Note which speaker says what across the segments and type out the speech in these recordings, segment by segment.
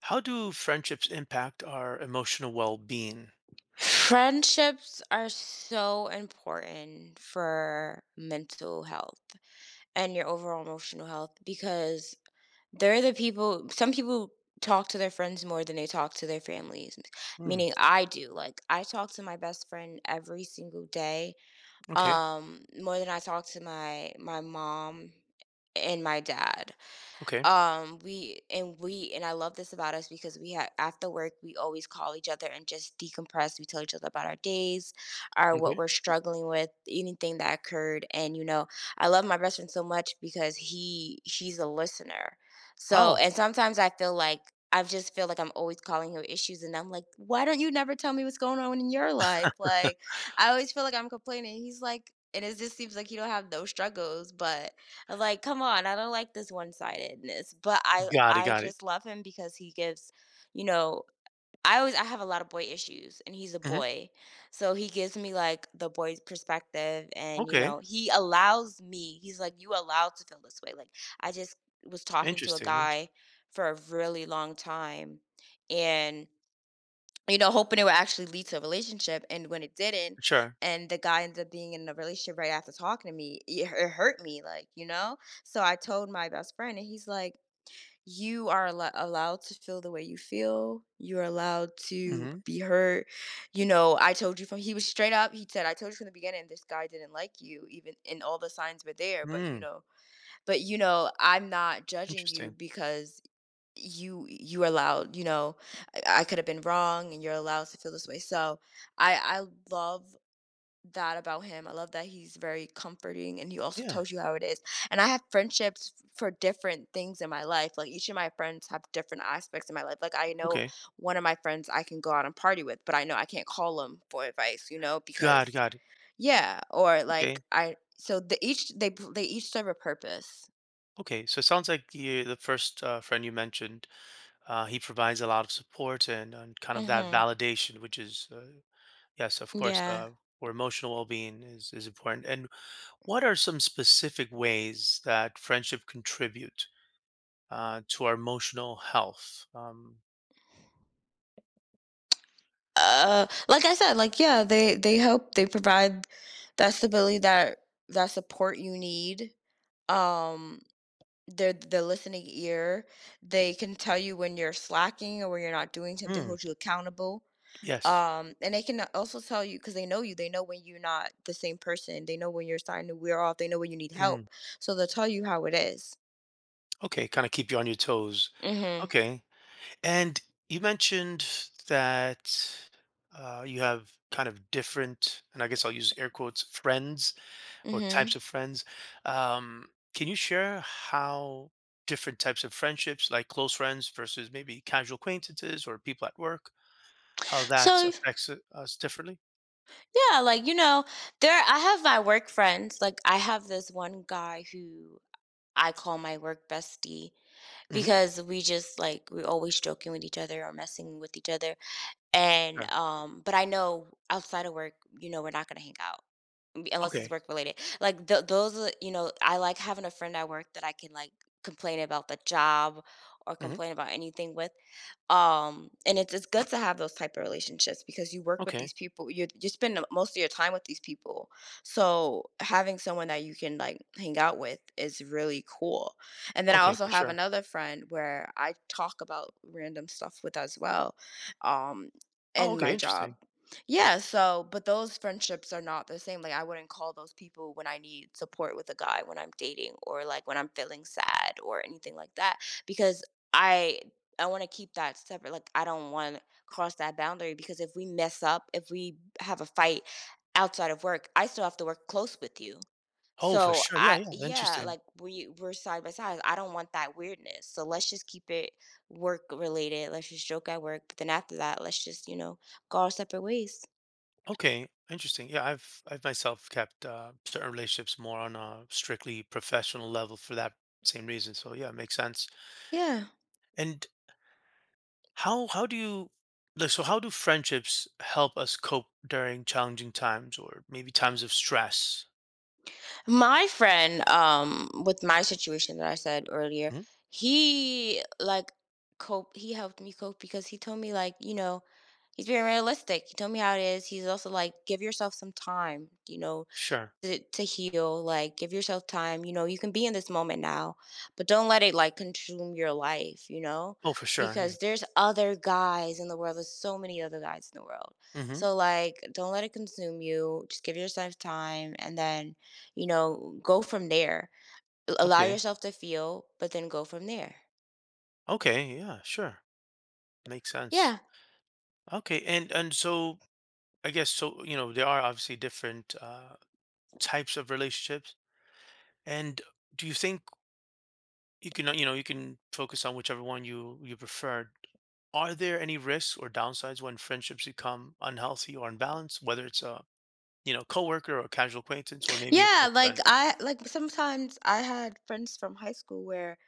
Speaker 1: How do friendships impact our emotional well-being?
Speaker 2: Friendships are so important for mental health and your overall emotional health because they're the people, some people talk to their friends more than they talk to their families,
Speaker 1: Hmm.
Speaker 2: meaning I do. Like, I talk to my best friend every single day,
Speaker 1: Okay.
Speaker 2: more than I talk to my mom and my dad.
Speaker 1: Okay.
Speaker 2: Um we and we and i love this about us because we have, after work, we always call each other and just decompress. We tell each other about our days, our what
Speaker 1: Okay.
Speaker 2: we're struggling with, anything that occurred. And you know I love my best friend so much because he's a listener.
Speaker 1: Oh,
Speaker 2: And sometimes I feel like I'm always calling him issues, and I'm like, why don't you never tell me what's going on in your life? Like, I always feel like I'm complaining. He's like, and it just seems like he don't have no struggles, but, like, come on, I don't like this one-sidedness, but I
Speaker 1: got it.
Speaker 2: I
Speaker 1: Got it.
Speaker 2: just love him because he gives, you know, I always I have a lot of boy issues and he's a
Speaker 1: Hmm.
Speaker 2: boy. So he gives me like the boy's perspective. And you
Speaker 1: Okay.
Speaker 2: know, he allows me. He's like, "You allowed to feel this way." Like, I just was talking to a
Speaker 1: Interesting. Interesting.
Speaker 2: guy for a really long time, and, you know, hoping it would actually lead to a relationship. And when it didn't,
Speaker 1: Sure.
Speaker 2: and the guy ended up being in a relationship right after talking to me, it, it hurt me, like, you know? So I told my best friend, and he's like, you are allowed to feel the way you feel. You're allowed to
Speaker 1: Mm-hmm.
Speaker 2: be hurt. You know, I told you from, he was straight up. He said, I told you from the beginning, this guy didn't like you, even, and all the signs were there.
Speaker 1: Hmm. Mm.
Speaker 2: But, you know, I'm not judging you
Speaker 1: Interesting.
Speaker 2: because you are allowed, you know, I could have been wrong and you're allowed to feel this way. So I love that about him. I love that he's very comforting and he also
Speaker 1: Yeah.
Speaker 2: tells you how it is. And I have friendships for different things in my life. Like each of my friends have different aspects in my life. Like, I know
Speaker 1: Okay.
Speaker 2: one of my friends I can go out and party with, but I know I can't call him for advice, you know?
Speaker 1: Got it.
Speaker 2: Because
Speaker 1: Got it.
Speaker 2: yeah, or like,
Speaker 1: Okay.
Speaker 2: I so the each they each serve a purpose.
Speaker 1: Okay. So it sounds like the first friend you mentioned, he provides a lot of support and kind of that
Speaker 2: Mhm.
Speaker 1: validation, which is yes, of course,
Speaker 2: Yeah.
Speaker 1: where emotional well-being is important. And what are some specific ways that friendship contribute? To our emotional health.
Speaker 2: Like I said, like, yeah, they help. They provide that stability, that support you need. um they're the listening ear. They can tell you when you're slacking, or when you're not doing something,
Speaker 1: Mm,
Speaker 2: hold you accountable.
Speaker 1: yes.
Speaker 2: And they can also tell you, because they know you, they know when you're not the same person, they know when you're starting to wear off, they know when you need
Speaker 1: Mm,
Speaker 2: help. So they'll tell you how it is.
Speaker 1: okay. Kind of keep you on your toes.
Speaker 2: Mm-hmm.
Speaker 1: Okay. And you mentioned that you have kind of different, and I guess I'll use air quotes, friends or types
Speaker 2: Mm-hmm.
Speaker 1: of friends. Um, can you share how different types of friendships, like close friends versus maybe casual acquaintances or people at work, how that
Speaker 2: so
Speaker 1: affects us differently?
Speaker 2: Yeah, like, you know, there I have my work friends. Like, I have this one guy who I call my work bestie
Speaker 1: Hmm.
Speaker 2: because we just like we're always joking with each other or messing with each other. And but I know outside of work, you know, we're not gonna hang out unless it's
Speaker 1: Okay.
Speaker 2: work related. Like th those, are, you know, I like having a friend at work that I can like complain about the job or
Speaker 1: Mhm.
Speaker 2: complain about anything with. And it's good to have those type of relationships because you work with these
Speaker 1: Okay.
Speaker 2: people, you spend most of your time with these people. So having someone that you can like hang out with is really cool. And then I
Speaker 1: Okay,
Speaker 2: also
Speaker 1: for
Speaker 2: have
Speaker 1: sure.
Speaker 2: another friend where I talk about random stuff with as well. um
Speaker 1: Oh,
Speaker 2: in
Speaker 1: okay,
Speaker 2: my job.
Speaker 1: interesting.
Speaker 2: Yeah. So but those friendships are not the same. Like, I wouldn't call those people when I need support with a guy, when I'm dating or like when I'm feeling sad or anything like that. Because I I wanna keep that separate. Like, I don't wanna cross that boundary, because if we mess up, if we have a fight outside of work, I still have to work close with you.
Speaker 1: Oh, for
Speaker 2: So,
Speaker 1: sure. Yeah,
Speaker 2: I
Speaker 1: yeah,
Speaker 2: yeah,
Speaker 1: interesting.
Speaker 2: like, we're side by side, I don't want that weirdness, so let's just keep it work-related. Let's just joke at work, but then after that, let's just, you know, go our separate ways.
Speaker 1: Okay, interesting. Yeah, I've myself kept certain relationships more on a strictly professional level for that same reason. So yeah, it makes sense.
Speaker 2: Yeah.
Speaker 1: And how do you like so how do friendships help us cope during challenging times or maybe times of stress?
Speaker 2: My friend, with my situation that I said earlier,
Speaker 1: Hmm.
Speaker 2: he, like, cope he helped me cope because he told me, like, you know, he's being realistic. He told me how it is. He's also like, give yourself some time, you know,
Speaker 1: Sure.
Speaker 2: to heal. Like, give yourself time. You know, you can be in this moment now, but don't let it like consume your life, you know,
Speaker 1: Oh, for sure. Yeah.
Speaker 2: because there's other guys in the world. There's so many other guys in the world.
Speaker 1: Mm-hmm.
Speaker 2: So, like, don't let it consume you. Just give yourself time, and then, you know, go from there. Allow
Speaker 1: Okay.
Speaker 2: yourself to feel, but then go from there.
Speaker 1: Okay. Yeah. Sure. Makes sense.
Speaker 2: Yeah.
Speaker 1: Okay. And so I guess so. You know, there are obviously different types of relationships. And do you think you can, you can focus on whichever one you prefer? Are there any risks or downsides when friendships become unhealthy or unbalanced, whether it's a, you know, coworker or a casual acquaintance or maybe a
Speaker 2: Yeah,
Speaker 1: close
Speaker 2: like
Speaker 1: friend?
Speaker 2: I like sometimes I had friends from high school where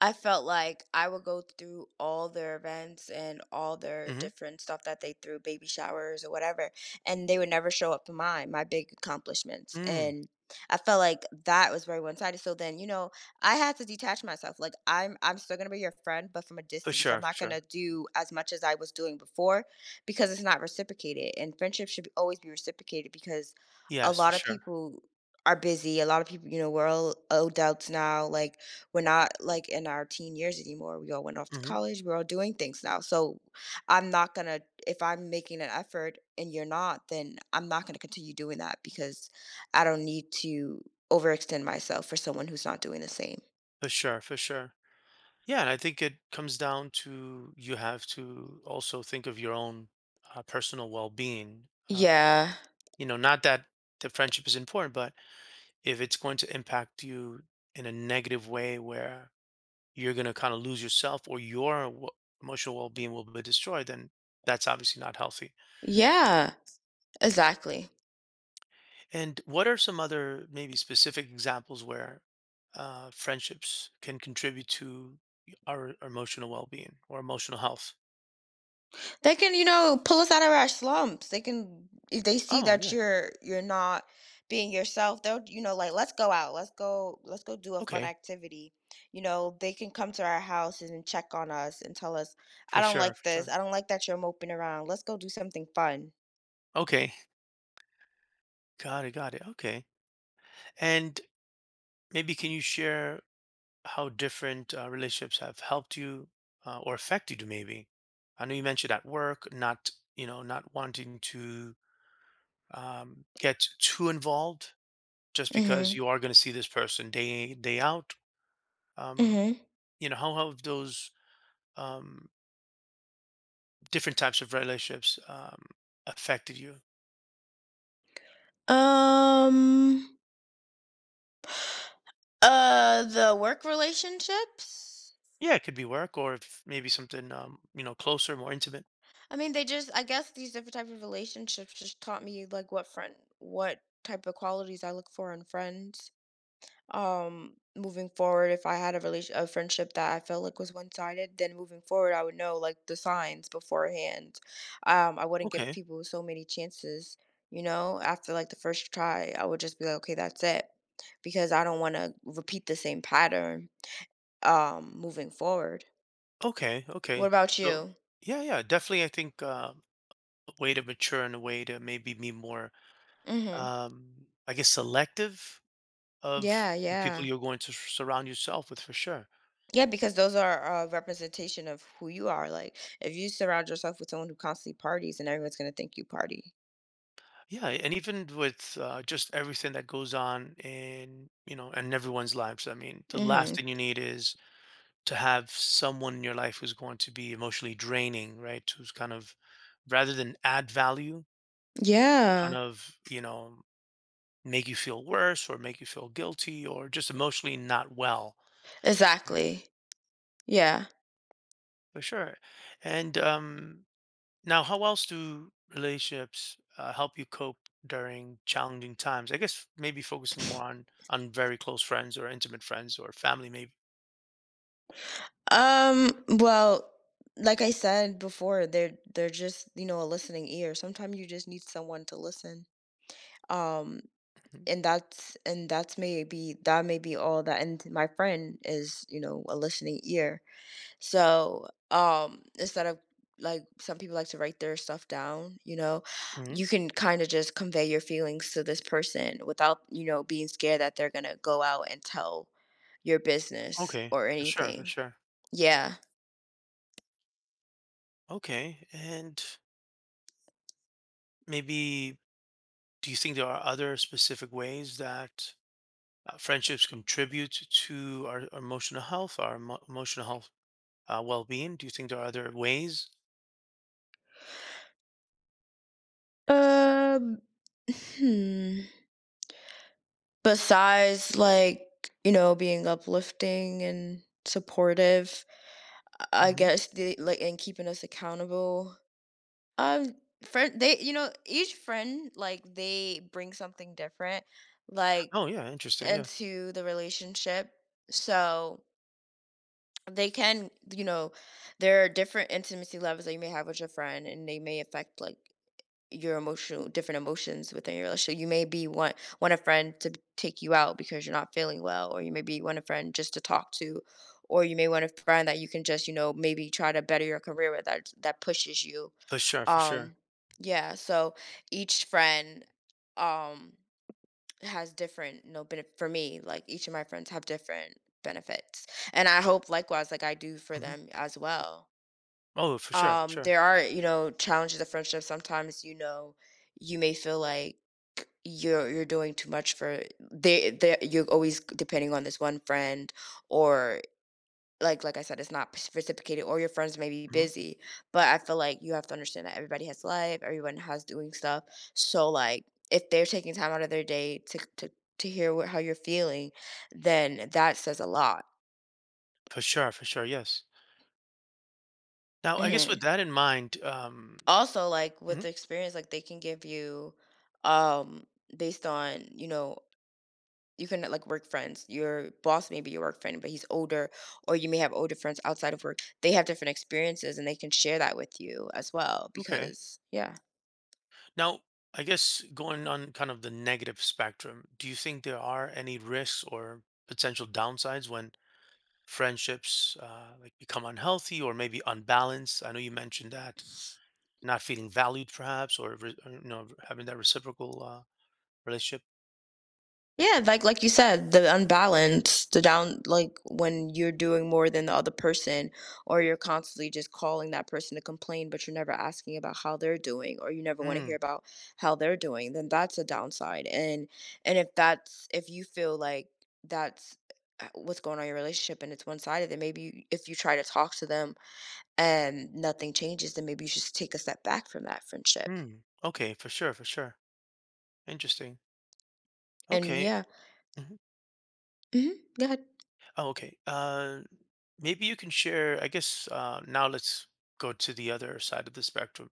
Speaker 2: I felt like I would go through all their events and all their
Speaker 1: Hmm.
Speaker 2: different stuff that they threw, baby showers or whatever, and they would never show up for mine, my big accomplishments.
Speaker 1: Mm,
Speaker 2: And I felt like that was very one-sided. So then, you know, I had to detach myself. Like, I'm still gonna be your friend, but from a
Speaker 1: for
Speaker 2: distance. I'm
Speaker 1: sure, for
Speaker 2: not
Speaker 1: sure.
Speaker 2: gonna do as much as I was doing before because it's not reciprocated. And friendship should always be reciprocated, because a
Speaker 1: Yes, for
Speaker 2: lot of
Speaker 1: sure.
Speaker 2: people are busy. A lot of people, you know, we're all adults now. Like, we're not like in our teen years anymore. We all went off to
Speaker 1: Hmm.
Speaker 2: college. We're all doing things now. So I'm not going to, if I'm making an effort and you're not, then I'm not going to continue doing that, because I don't need to overextend myself for someone who's not doing the same.
Speaker 1: For sure, for sure. Yeah, and I think it comes down to you have to also think of your own personal well-being.
Speaker 2: Yeah.
Speaker 1: Not that the friendship is important, but if it's going to impact you in a negative way where you're going to kind of lose yourself or your w- emotional well-being will be destroyed, then that's obviously not healthy.
Speaker 2: Yeah. Exactly.
Speaker 1: And what are some other maybe specific examples where friendships can contribute to our emotional well-being or emotional health?
Speaker 2: They can, you know, pull us out of our slumps. They can, if they see
Speaker 1: Oh,
Speaker 2: that
Speaker 1: yeah.
Speaker 2: you're not being yourself, they'll, you know, like, let's go out, let's go do a fun
Speaker 1: Okay.
Speaker 2: activity. You know, they can come to our houses and check on us and tell us,
Speaker 1: For
Speaker 2: I don't
Speaker 1: sure.
Speaker 2: like
Speaker 1: For
Speaker 2: this.
Speaker 1: sure.
Speaker 2: I don't like that you're moping around. Let's go do something fun.
Speaker 1: Okay. Got it. Got it. Okay. And maybe can you share how different relationships have helped you or affected you maybe. I know you mentioned at work not, you know, not wanting to get too involved just because
Speaker 2: Mm-hmm.
Speaker 1: you are going to see this person day in, day out. um,
Speaker 2: Mm-hmm.
Speaker 1: you know, how have those, um, different types of relationships affected you?
Speaker 2: Um, the work relationships.
Speaker 1: Yeah, it could be work or if maybe something, you know, closer, more intimate.
Speaker 2: I mean, they just I guess these different type of relationships just taught me like what friend what type of qualities I look for in friends. Moving forward, if I had a relation a friendship that I felt like was one-sided, then moving forward I would know like the signs beforehand. I wouldn't give
Speaker 1: Okay,
Speaker 2: people so many chances, you know. After like the first try, I would just be like, okay, that's it. Because I don't want to repeat the same pattern moving forward.
Speaker 1: okay.
Speaker 2: What
Speaker 1: Okay,
Speaker 2: about
Speaker 1: so
Speaker 2: you?
Speaker 1: yeah, yeah, definitely, I think a way to mature and a way to maybe be more,
Speaker 2: Mhm.
Speaker 1: um, I guess, selective of
Speaker 2: Yeah,
Speaker 1: the people
Speaker 2: yeah.
Speaker 1: you're going to s- surround yourself with for sure.
Speaker 2: Yeah, because those are a representation of who you are. Like, if you surround yourself with someone who constantly parties, and everyone's gonna think you party.
Speaker 1: Yeah, and even with just everything that goes on in, you know, in everyone's lives. I mean, the last
Speaker 2: Hmm.
Speaker 1: thing you need is to have someone in your life who's going to be emotionally draining, right? Who's kind of, rather than add value, kind
Speaker 2: Yeah,
Speaker 1: of, you know, make you feel worse or make you feel guilty or just emotionally not well,
Speaker 2: exactly. Yeah.
Speaker 1: for sure. And now, how else do relationships help you cope during challenging times? I guess maybe focusing more on very close friends or intimate friends or family, maybe.
Speaker 2: Well, like I said before, they're just, you know, a listening ear. Sometimes you just need someone to listen. Um. And that's maybe that may be all that. And my friend is, you know, a listening ear. So, instead of like some people like to write their stuff down, you know,
Speaker 1: Hmm.
Speaker 2: you can kind of just convey your feelings to this person without, you know, being scared that they're gonna go out and tell your business
Speaker 1: Okay,
Speaker 2: or
Speaker 1: for sure, for
Speaker 2: anything.
Speaker 1: sure.
Speaker 2: Yeah.
Speaker 1: Okay, and maybe do you think there are other specific ways that friendships contribute to our emotional health, our emo- emotional health well-being? Do you think there are other ways?
Speaker 2: Um, hmm. Besides, like, you know, being uplifting and supportive, I
Speaker 1: Hmm.
Speaker 2: guess, the, like, and keeping us accountable. Um, friend, they, you know, each friend, like, they bring something different, like,
Speaker 1: Oh yeah, interesting. Yeah,
Speaker 2: into the relationship. So they can, you know, there are different intimacy levels that you may have with your friend, and they may affect, like, your emotional different emotions within your relationship. You may be want a friend to take you out because you're not feeling well, or you may be want a friend just to talk to, or you may want a friend that you can just, you know, maybe try to better your career with, that pushes you.
Speaker 1: for sure, for sure.
Speaker 2: um, yeah, so each friend, um, has different, you know, for me, like each of my friends have different benefits. And I hope likewise, like I do for
Speaker 1: Hmm.
Speaker 2: them as well.
Speaker 1: Oh, for sure, for sure.
Speaker 2: There are, you know, challenges of friendship. Sometimes, you know, you may feel like you're doing too much for they you're always depending on this one friend. Or like I said, it's not reciprocated, or your friends may be busy, but I feel like you have to understand that everybody has life, everyone has doing stuff. So like if they're taking time out of their day to to hear what, how you're feeling, then that says a lot.
Speaker 1: For sure, for sure, yes. Now, I guess
Speaker 2: Hmm.
Speaker 1: with that in mind,
Speaker 2: Also, like with
Speaker 1: mhm,
Speaker 2: the experience, like they can give you, um, based on, you know, you can like work friends. Your boss may be your work friend, but he's older, or you may have older friends outside of work. They have different experiences, and they can share that with you as well.
Speaker 1: okay.
Speaker 2: Because yeah.
Speaker 1: Now, I guess going on kind of the negative spectrum, do you think there are any risks or potential downsides when friendships like become unhealthy or maybe unbalanced? I know you mentioned that not feeling valued, perhaps, or, re- or, you know, having that reciprocal relationship.
Speaker 2: Yeah, like you said, the unbalance, the down, like when you're doing more than the other person, or you're constantly just calling that person to complain, but you're never asking about how they're doing, or you never want to hear
Speaker 1: Mm,
Speaker 2: about how they're doing, then that's a downside. And if that's if you feel like that's what's going on in your relationship and it's one sided, then maybe you, if you try to talk to them and nothing changes, then maybe you should take a step back from that friendship.
Speaker 1: mm. Okay, for sure, for sure. Interesting.
Speaker 2: And
Speaker 1: Okay.
Speaker 2: yeah,
Speaker 1: Mhm.
Speaker 2: mm-hmm, go ahead.
Speaker 1: Oh, okay. Maybe you can share, I guess, now let's go to the other side of the spectrum.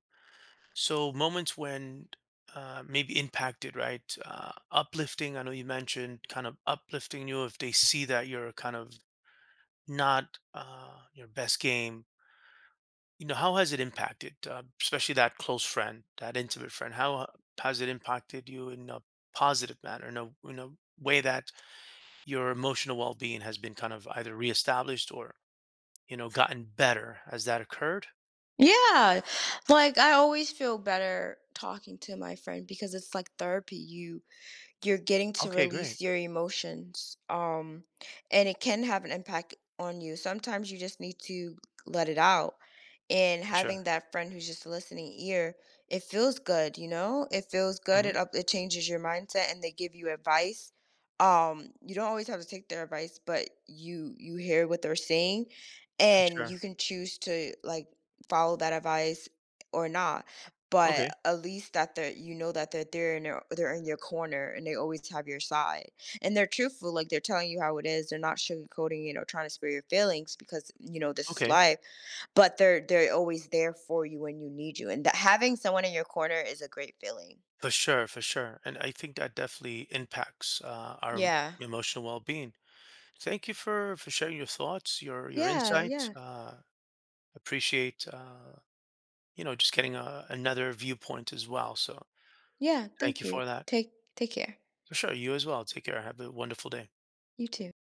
Speaker 1: So moments when maybe impacted, right? Uplifting, I know you mentioned kind of uplifting you if they see that you're kind of not your best game. You know, how has it impacted, especially that close friend, that intimate friend? How has it impacted you in a positive manner, in a way that your emotional well-being has been kind of either reestablished or, you know, gotten better. Has that occurred?
Speaker 2: Yeah. Like, I always feel better talking to my friend because it's like therapy. You're getting to
Speaker 1: Okay, great.
Speaker 2: release your emotions. And it can have an impact on you. Sometimes you just need to let it out. And
Speaker 1: For sure.
Speaker 2: having that friend who's just a listening ear, it feels good, you know. It feels good.
Speaker 1: Mhm.
Speaker 2: It changes your mindset, and they give you advice. You don't always have to take their advice, but you hear what they're saying,
Speaker 1: For
Speaker 2: and
Speaker 1: sure.
Speaker 2: you can choose to like follow that advice or not.
Speaker 1: Okay.
Speaker 2: But at least that they're, you know, that they're there, and they're in your corner, and they always have your side. And they're truthful. Like, they're telling you how it is. They're not sugarcoating, you know, trying to spare your feelings, because you know this is
Speaker 1: Okay.
Speaker 2: life. But they're always there for you when you need you. And that having someone in your corner is a great feeling.
Speaker 1: For sure, for sure. And I think that definitely impacts our em-
Speaker 2: Yeah.
Speaker 1: emotional well-being. Thank you for sharing your thoughts, your
Speaker 2: yeah
Speaker 1: insights.
Speaker 2: yeah
Speaker 1: Appreciate you know, just getting a, another viewpoint as well. So
Speaker 2: Yeah,
Speaker 1: thank
Speaker 2: thank
Speaker 1: you
Speaker 2: you.
Speaker 1: for that.
Speaker 2: Take care.
Speaker 1: For sure. You as well. Take care. Have a wonderful day.
Speaker 2: You too.